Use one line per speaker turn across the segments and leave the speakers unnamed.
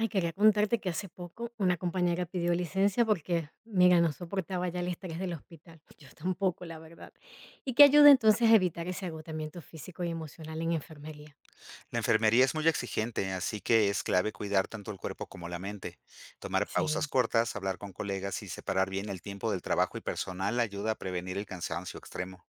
Ay, quería contarte que hace poco una compañera pidió licencia porque, mira, no soportaba ya el estrés del hospital. Yo tampoco, la verdad. ¿Y qué ayuda entonces a evitar ese agotamiento físico y emocional en enfermería?
La enfermería es muy exigente, así que es clave cuidar tanto el cuerpo como la mente. Tomar pausas
Sí,
cortas, hablar con colegas y separar bien el tiempo del trabajo y personal ayuda a prevenir el cansancio extremo.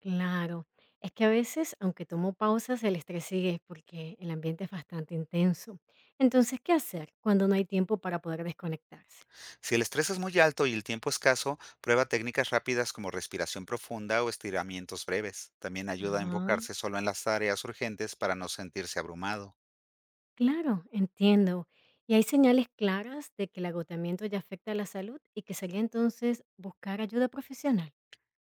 claro. Es que a veces, aunque tomo pausas, el estrés sigue porque el ambiente es bastante intenso. Entonces, ¿qué hacer cuando no hay tiempo para poder desconectarse?
Si el estrés es muy alto y el tiempo escaso, prueba técnicas rápidas como respiración profunda o estiramientos breves. También ayuda a
Ajá.
enfocarse solo en las tareas urgentes para no sentirse abrumado.
Claro, entiendo. ¿Y hay señales claras de que el agotamiento ya afecta a la salud y que sería entonces buscar ayuda profesional?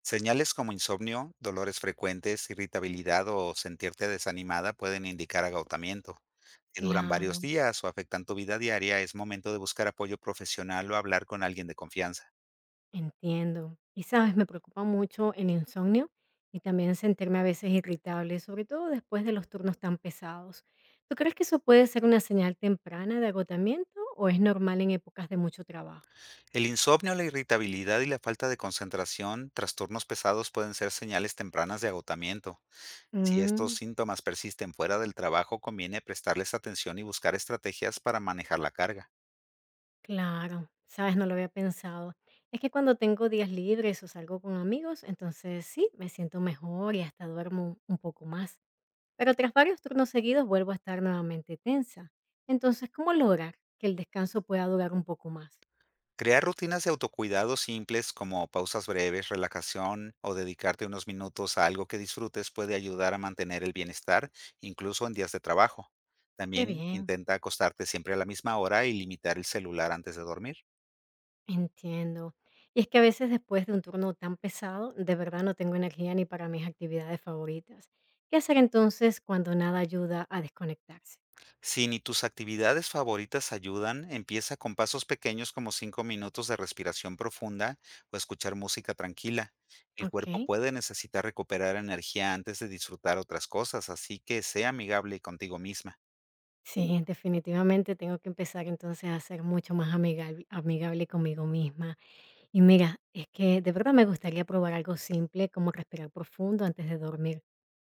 Señales como insomnio, dolores frecuentes, irritabilidad o sentirte desanimada pueden indicar agotamiento. Si duran
Claro,
varios días o afectan tu vida diaria, es momento de buscar apoyo profesional o hablar con alguien de confianza.
entiendo. Y sabes, me preocupa mucho el insomnio y también sentirme a veces irritable, sobre todo después de los turnos tan pesados. ¿Tú crees que eso puede ser una señal temprana de agotamiento o es normal en épocas de mucho trabajo?
El insomnio, la irritabilidad y la falta de concentración, trastornos pesados pueden ser señales tempranas de agotamiento. Si estos
Mm.
síntomas persisten fuera del trabajo, conviene prestarles atención y buscar estrategias para manejar la carga.
Claro, sabes, no lo había pensado. Es que cuando tengo días libres o salgo con amigos, entonces sí, me siento mejor y hasta duermo un poco más. Pero tras varios turnos seguidos vuelvo a estar nuevamente tensa. Entonces, ¿cómo lograr que el descanso pueda durar un poco más?
Crear rutinas de autocuidado simples como pausas breves, relajación o dedicarte unos minutos a algo que disfrutes puede ayudar a mantener el bienestar incluso en días de trabajo.
Qué
También
bien,
intenta acostarte siempre a la misma hora y limitar el celular antes de dormir.
entiendo. Y es que a veces después de un turno tan pesado, de verdad no tengo energía ni para mis actividades favoritas. ¿Qué hacer entonces cuando nada ayuda a desconectarse?
Si ni tus actividades favoritas ayudan, empieza con pasos pequeños como 5 minutos de respiración profunda o escuchar música tranquila. El cuerpo
Ok.
puede necesitar recuperar energía antes de disfrutar otras cosas, así que sea amigable contigo misma.
Sí, definitivamente tengo que empezar entonces a ser mucho más amigable, amigable conmigo misma. Y mira, es que de verdad me gustaría probar algo simple como respirar profundo antes de dormir.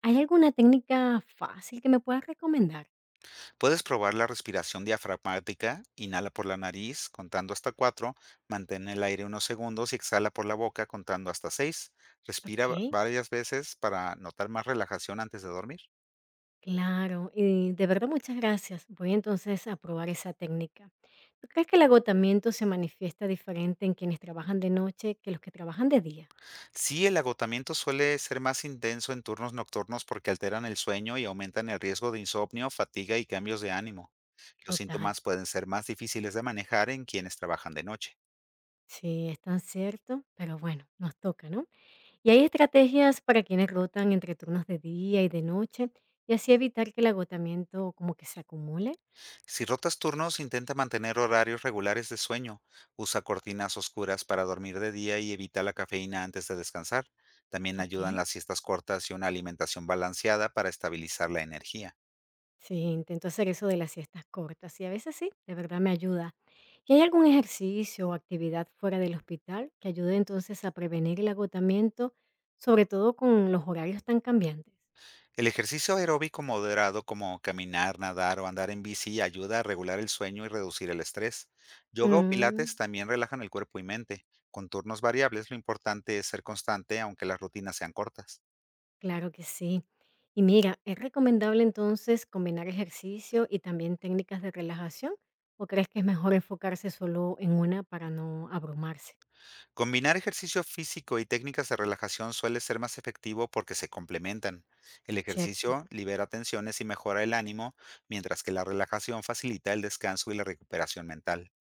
¿Hay alguna técnica fácil que me puedas recomendar?
Puedes probar la respiración diafragmática, inhala por la nariz contando hasta 4, mantén el aire unos segundos y exhala por la boca contando hasta 6. Respira
Ok,
varias veces para notar más relajación antes de dormir.
claro. Y de verdad muchas gracias. Voy entonces a probar esa técnica. ¿Tú crees que el agotamiento se manifiesta diferente en quienes trabajan de noche que los que trabajan de día?
Sí, el agotamiento suele ser más intenso en turnos nocturnos porque alteran el sueño y aumentan el riesgo de insomnio, fatiga y cambios de ánimo. Los
Total.
síntomas pueden ser más difíciles de manejar en quienes trabajan de noche.
Sí, es tan cierto, pero bueno, nos toca, ¿no? Y hay estrategias para quienes rotan entre turnos de día y de noche y así evitar que el agotamiento como que se acumule.
Si rotas turnos, intenta mantener horarios regulares de sueño. Usa cortinas oscuras para dormir de día y evita la cafeína antes de descansar. También
Ok.
ayudan las siestas cortas y una alimentación balanceada para estabilizar la energía.
Sí, intento hacer eso de las siestas cortas y a veces sí, de verdad me ayuda. ¿Y hay algún ejercicio o actividad fuera del hospital que ayude entonces a prevenir el agotamiento, sobre todo con los horarios tan cambiantes?
El ejercicio aeróbico moderado como caminar, nadar o andar en bici ayuda a regular el sueño y reducir el estrés. Yoga o pilates
Mm.
también relajan el cuerpo y mente. Con turnos variables, lo importante es ser constante aunque las rutinas sean cortas.
Claro que sí. Y mira, ¿es recomendable entonces combinar ejercicio y también técnicas de relajación? ¿O crees que es mejor enfocarse solo en una para no abrumarse?
Combinar ejercicio físico y técnicas de relajación suele ser más efectivo porque se complementan. El
Cierto.
ejercicio libera tensiones y mejora el ánimo, mientras que la relajación facilita el descanso y la recuperación mental.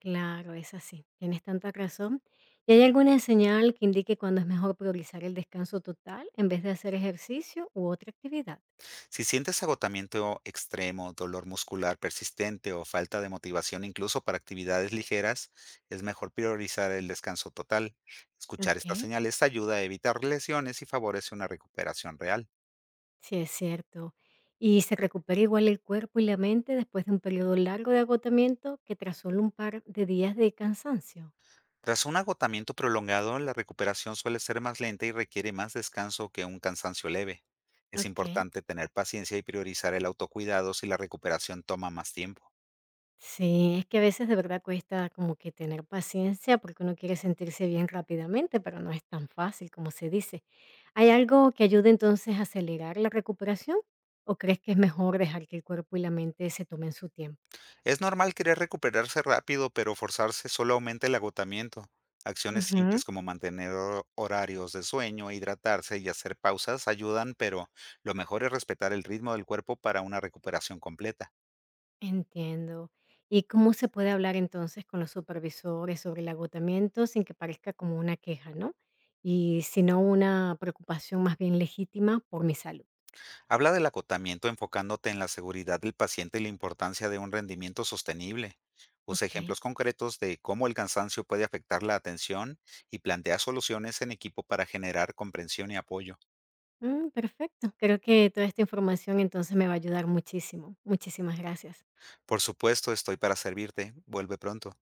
Claro, es así. Tienes tanta razón. ¿Y hay alguna señal que indique cuándo es mejor priorizar el descanso total en vez de hacer ejercicio u otra actividad?
Si sientes agotamiento extremo, dolor muscular persistente o falta de motivación incluso para actividades ligeras, es mejor priorizar el descanso total. Escuchar
Ok,
estas señales ayuda a evitar lesiones y favorece una recuperación real.
sí es cierto. Y se recupera igual el cuerpo y la mente después de un periodo largo de agotamiento que tras solo un par de días de cansancio.
Tras un agotamiento prolongado, la recuperación suele ser más lenta y requiere más descanso que un cansancio leve. Es
Ok.
importante tener paciencia y priorizar el autocuidado si la recuperación toma más tiempo.
Sí, es que a veces de verdad cuesta como que tener paciencia porque uno quiere sentirse bien rápidamente, pero no es tan fácil como se dice. ¿Hay algo que ayude entonces a acelerar la recuperación? ¿O crees que es mejor dejar que el cuerpo y la mente se tomen su tiempo?
Es normal querer recuperarse rápido, pero forzarse solo aumenta el agotamiento. Acciones
Ujú.
simples como mantener horarios de sueño, hidratarse y hacer pausas ayudan, pero lo mejor es respetar el ritmo del cuerpo para una recuperación completa.
Entiendo. ¿Y cómo se puede hablar entonces con los supervisores sobre el agotamiento sin que parezca como una queja, ¿no? Y sino una preocupación más bien legítima por mi salud.
Habla del acotamiento enfocándote en la seguridad del paciente y la importancia de un rendimiento sostenible. Usa
Ok.
ejemplos concretos de cómo el cansancio puede afectar la atención y plantea soluciones en equipo para generar comprensión y apoyo.
Mm, perfecto. Creo que toda esta información entonces me va a ayudar muchísimo. Muchísimas gracias.
Por supuesto, estoy para servirte. Vuelve pronto.